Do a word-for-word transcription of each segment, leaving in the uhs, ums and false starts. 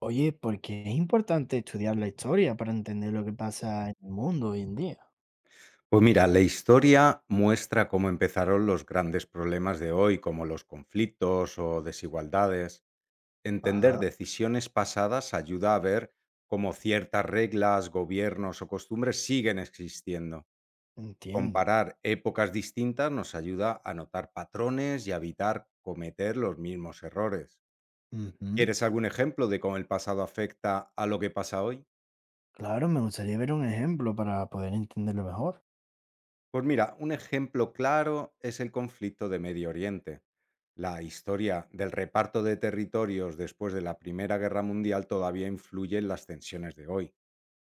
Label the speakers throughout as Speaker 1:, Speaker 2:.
Speaker 1: Oye, ¿por qué es importante estudiar la historia para entender lo que pasa en el mundo hoy en día?
Speaker 2: Pues mira, la historia muestra cómo empezaron los grandes problemas de hoy, como los conflictos o desigualdades. Entender
Speaker 1: Ajá,
Speaker 2: decisiones pasadas ayuda a ver cómo ciertas reglas, gobiernos o costumbres siguen existiendo.
Speaker 1: entiendo.
Speaker 2: Comparar épocas distintas nos ayuda a notar patrones y a evitar cometer los mismos errores.
Speaker 1: Ujú.
Speaker 2: ¿Quieres algún ejemplo de cómo el pasado afecta a lo que pasa hoy?
Speaker 1: Claro, me gustaría ver un ejemplo para poder entenderlo mejor.
Speaker 2: Pues mira, un ejemplo claro es el conflicto de Medio Oriente. La historia del reparto de territorios después de la Primera Guerra Mundial todavía influye en las tensiones de hoy.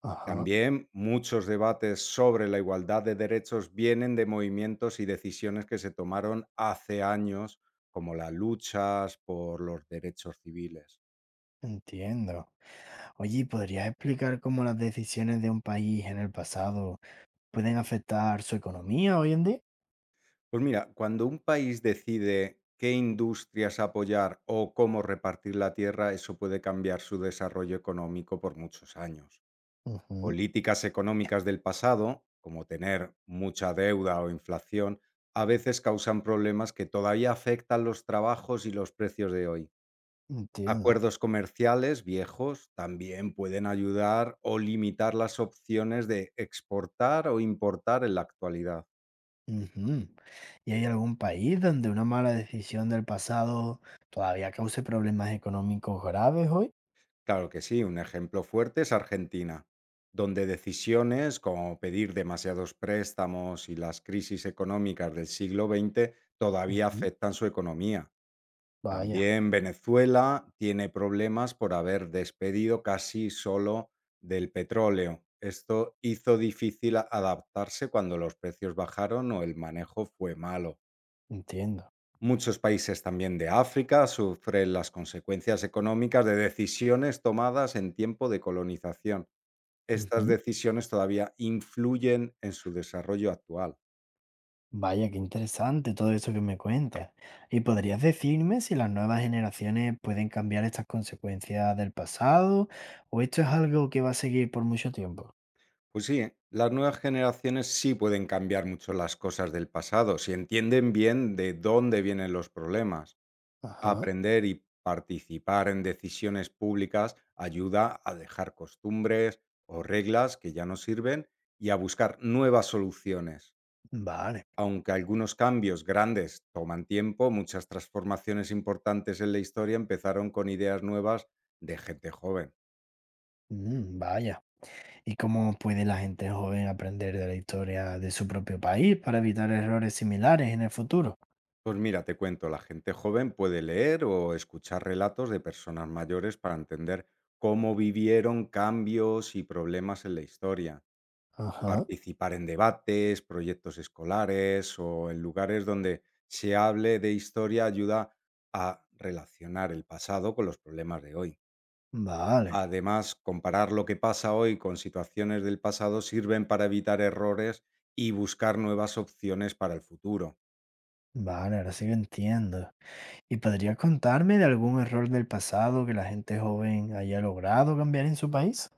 Speaker 1: Ajá,
Speaker 2: También muchos debates sobre la igualdad de derechos vienen de movimientos y decisiones que se tomaron hace años, como las luchas por los derechos civiles.
Speaker 1: entiendo. Oye, ¿y ¿podrías explicar cómo las decisiones de un país en el pasado pueden afectar su economía hoy en día?
Speaker 2: Pues mira, cuando un país decide qué industrias apoyar o cómo repartir la tierra, eso puede cambiar su desarrollo económico por muchos años.
Speaker 1: Ujú,
Speaker 2: Políticas económicas del pasado, como tener mucha deuda o inflación, a veces causan problemas que todavía afectan los trabajos y los precios de hoy.
Speaker 1: entiendo.
Speaker 2: Acuerdos comerciales viejos también pueden ayudar o limitar las opciones de exportar o importar en la actualidad.
Speaker 1: Ujú. ¿Y hay algún país donde una mala decisión del pasado todavía cause problemas económicos graves hoy?
Speaker 2: Claro que sí, un ejemplo fuerte es Argentina, donde decisiones como pedir demasiados préstamos y las crisis económicas del siglo veinte todavía
Speaker 1: Ujú,
Speaker 2: afectan su economía.
Speaker 1: vaya.
Speaker 2: También Venezuela tiene problemas por haber despedido casi solo del petróleo. Esto hizo difícil a- adaptarse cuando los precios bajaron o el manejo fue malo.
Speaker 1: Entiendo.
Speaker 2: Muchos países también de África sufren las consecuencias económicas de decisiones tomadas en tiempo de colonización. Estas
Speaker 1: Ujú.
Speaker 2: decisiones todavía influyen en su desarrollo actual.
Speaker 1: Vaya, qué interesante todo eso que me cuentas. ¿Y podrías decirme si las nuevas generaciones pueden cambiar estas consecuencias del pasado o esto es algo que va a seguir por mucho tiempo?
Speaker 2: Pues sí, ¿eh?, las nuevas generaciones sí pueden cambiar mucho las cosas del pasado si entienden bien de dónde vienen los problemas.
Speaker 1: Ajá.
Speaker 2: Aprender y participar en decisiones públicas ayuda a dejar costumbres o reglas que ya no sirven y a buscar nuevas soluciones.
Speaker 1: Vale.
Speaker 2: Aunque algunos cambios grandes toman tiempo, muchas transformaciones importantes en la historia empezaron con ideas nuevas de gente joven.
Speaker 1: Mm, vaya. ¿Y cómo puede la gente joven aprender de la historia de su propio país para evitar errores similares en el futuro?
Speaker 2: Pues mira, te cuento, la gente joven puede leer o escuchar relatos de personas mayores para entender cómo vivieron cambios y problemas en la historia.
Speaker 1: Ajá.
Speaker 2: Participar en debates, proyectos escolares o en lugares donde se hable de historia ayuda a relacionar el pasado con los problemas de hoy.
Speaker 1: Vale.
Speaker 2: Además, comparar lo que pasa hoy con situaciones del pasado sirven para evitar errores y buscar nuevas opciones para el futuro.
Speaker 1: Vale, ahora sí que entiendo. ¿Y podría contarme de algún error del pasado que la gente joven haya logrado cambiar en su país?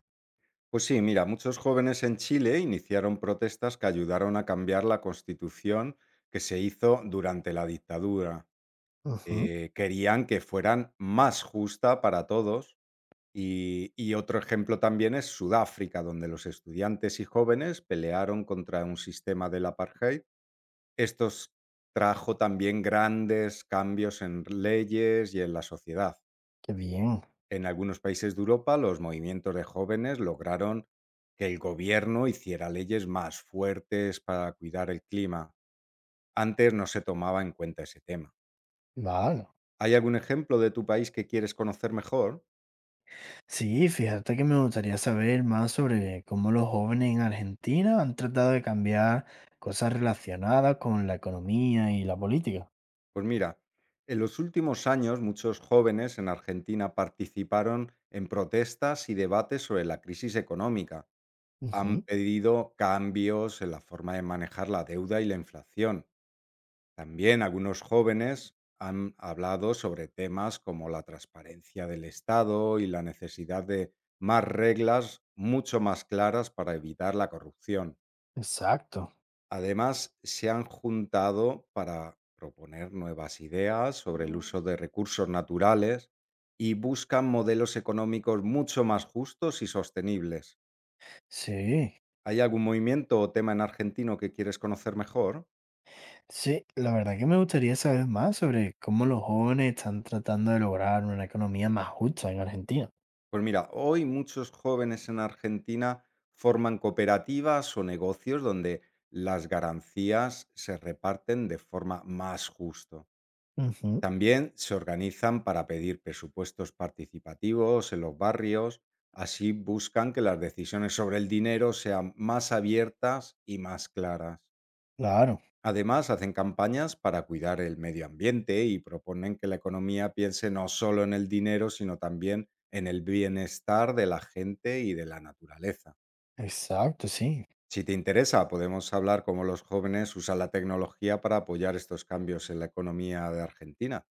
Speaker 2: Pues sí, mira, muchos jóvenes en Chile iniciaron protestas que ayudaron a cambiar la constitución que se hizo durante la dictadura.
Speaker 1: Ujú,
Speaker 2: Eh, querían que fueran más justa para todos. Y, y otro ejemplo también es Sudáfrica, donde los estudiantes y jóvenes pelearon contra un sistema del apartheid. Estos trajo también grandes cambios en leyes y en la sociedad.
Speaker 1: qué bien.
Speaker 2: En algunos países de Europa, los movimientos de jóvenes lograron que el gobierno hiciera leyes más fuertes para cuidar el clima. Antes no se tomaba en cuenta ese tema.
Speaker 1: Vale.
Speaker 2: ¿Hay algún ejemplo de tu país que quieres conocer mejor?
Speaker 1: Sí, fíjate que me gustaría saber más sobre cómo los jóvenes en Argentina han tratado de cambiar cosas relacionadas con la economía y la política.
Speaker 2: Pues mira, en los últimos años muchos jóvenes en Argentina participaron en protestas y debates sobre la crisis económica. Han
Speaker 1: Ujú,
Speaker 2: pedido cambios en la forma de manejar la deuda y la inflación. También algunos jóvenes han hablado sobre temas como la transparencia del Estado y la necesidad de más reglas mucho más claras para evitar la corrupción.
Speaker 1: exacto.
Speaker 2: Además, se han juntado para proponer nuevas ideas sobre el Mm. uso de recursos naturales y buscan modelos económicos mucho más justos y sostenibles.
Speaker 1: Sí,
Speaker 2: ¿Hay algún movimiento o tema en argentino que quieres conocer mejor?
Speaker 1: sí, la verdad que me gustaría saber más sobre cómo los jóvenes están tratando de lograr una economía más justa en Argentina.
Speaker 2: Pues mira, hoy muchos jóvenes en Argentina forman cooperativas o negocios donde las ganancias se reparten de forma más justa.
Speaker 1: Ujú,
Speaker 2: También se organizan para pedir presupuestos participativos en los barrios, así buscan que las decisiones sobre el dinero sean más abiertas y más claras.
Speaker 1: claro,
Speaker 2: Además, hacen campañas para cuidar el medio ambiente y proponen que la economía piense no solo en el dinero, sino también en el bienestar de la gente y de la naturaleza.
Speaker 1: exacto, sí.
Speaker 2: Si te interesa, podemos hablar cómo los jóvenes usan la tecnología para apoyar estos cambios en la economía de Argentina.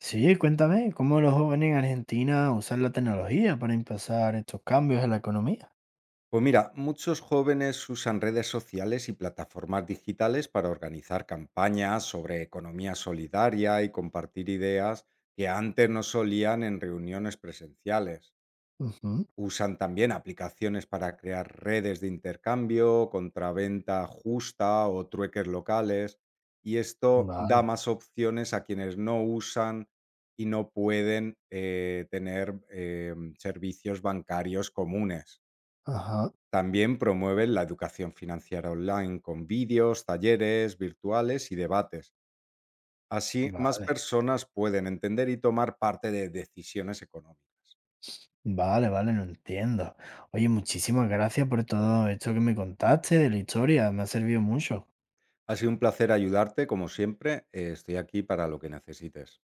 Speaker 1: Sí, cuéntame, ¿cómo los jóvenes en Argentina usan la tecnología para impulsar estos cambios en la economía?
Speaker 2: Pues mira, muchos jóvenes usan redes sociales y plataformas digitales para organizar campañas sobre economía solidaria y compartir ideas que antes no solían en reuniones presenciales.
Speaker 1: Ujú,
Speaker 2: Usan también aplicaciones para crear redes de intercambio, contraventa justa o trueques locales, y esto da
Speaker 1: vale,
Speaker 2: más opciones a quienes no usan y no pueden eh, tener eh, servicios bancarios comunes.
Speaker 1: ajá,
Speaker 2: También promueven la educación financiera online con vídeos, talleres virtuales y debates. Así, más
Speaker 1: vale,
Speaker 2: personas pueden entender y tomar parte de decisiones económicas.
Speaker 1: vale, vale, no entiendo. Oye, muchísimas gracias por todo esto que me contaste de la historia, me ha servido mucho.
Speaker 2: Ha sido un placer ayudarte, como siempre. eh, Estoy aquí para lo que necesites.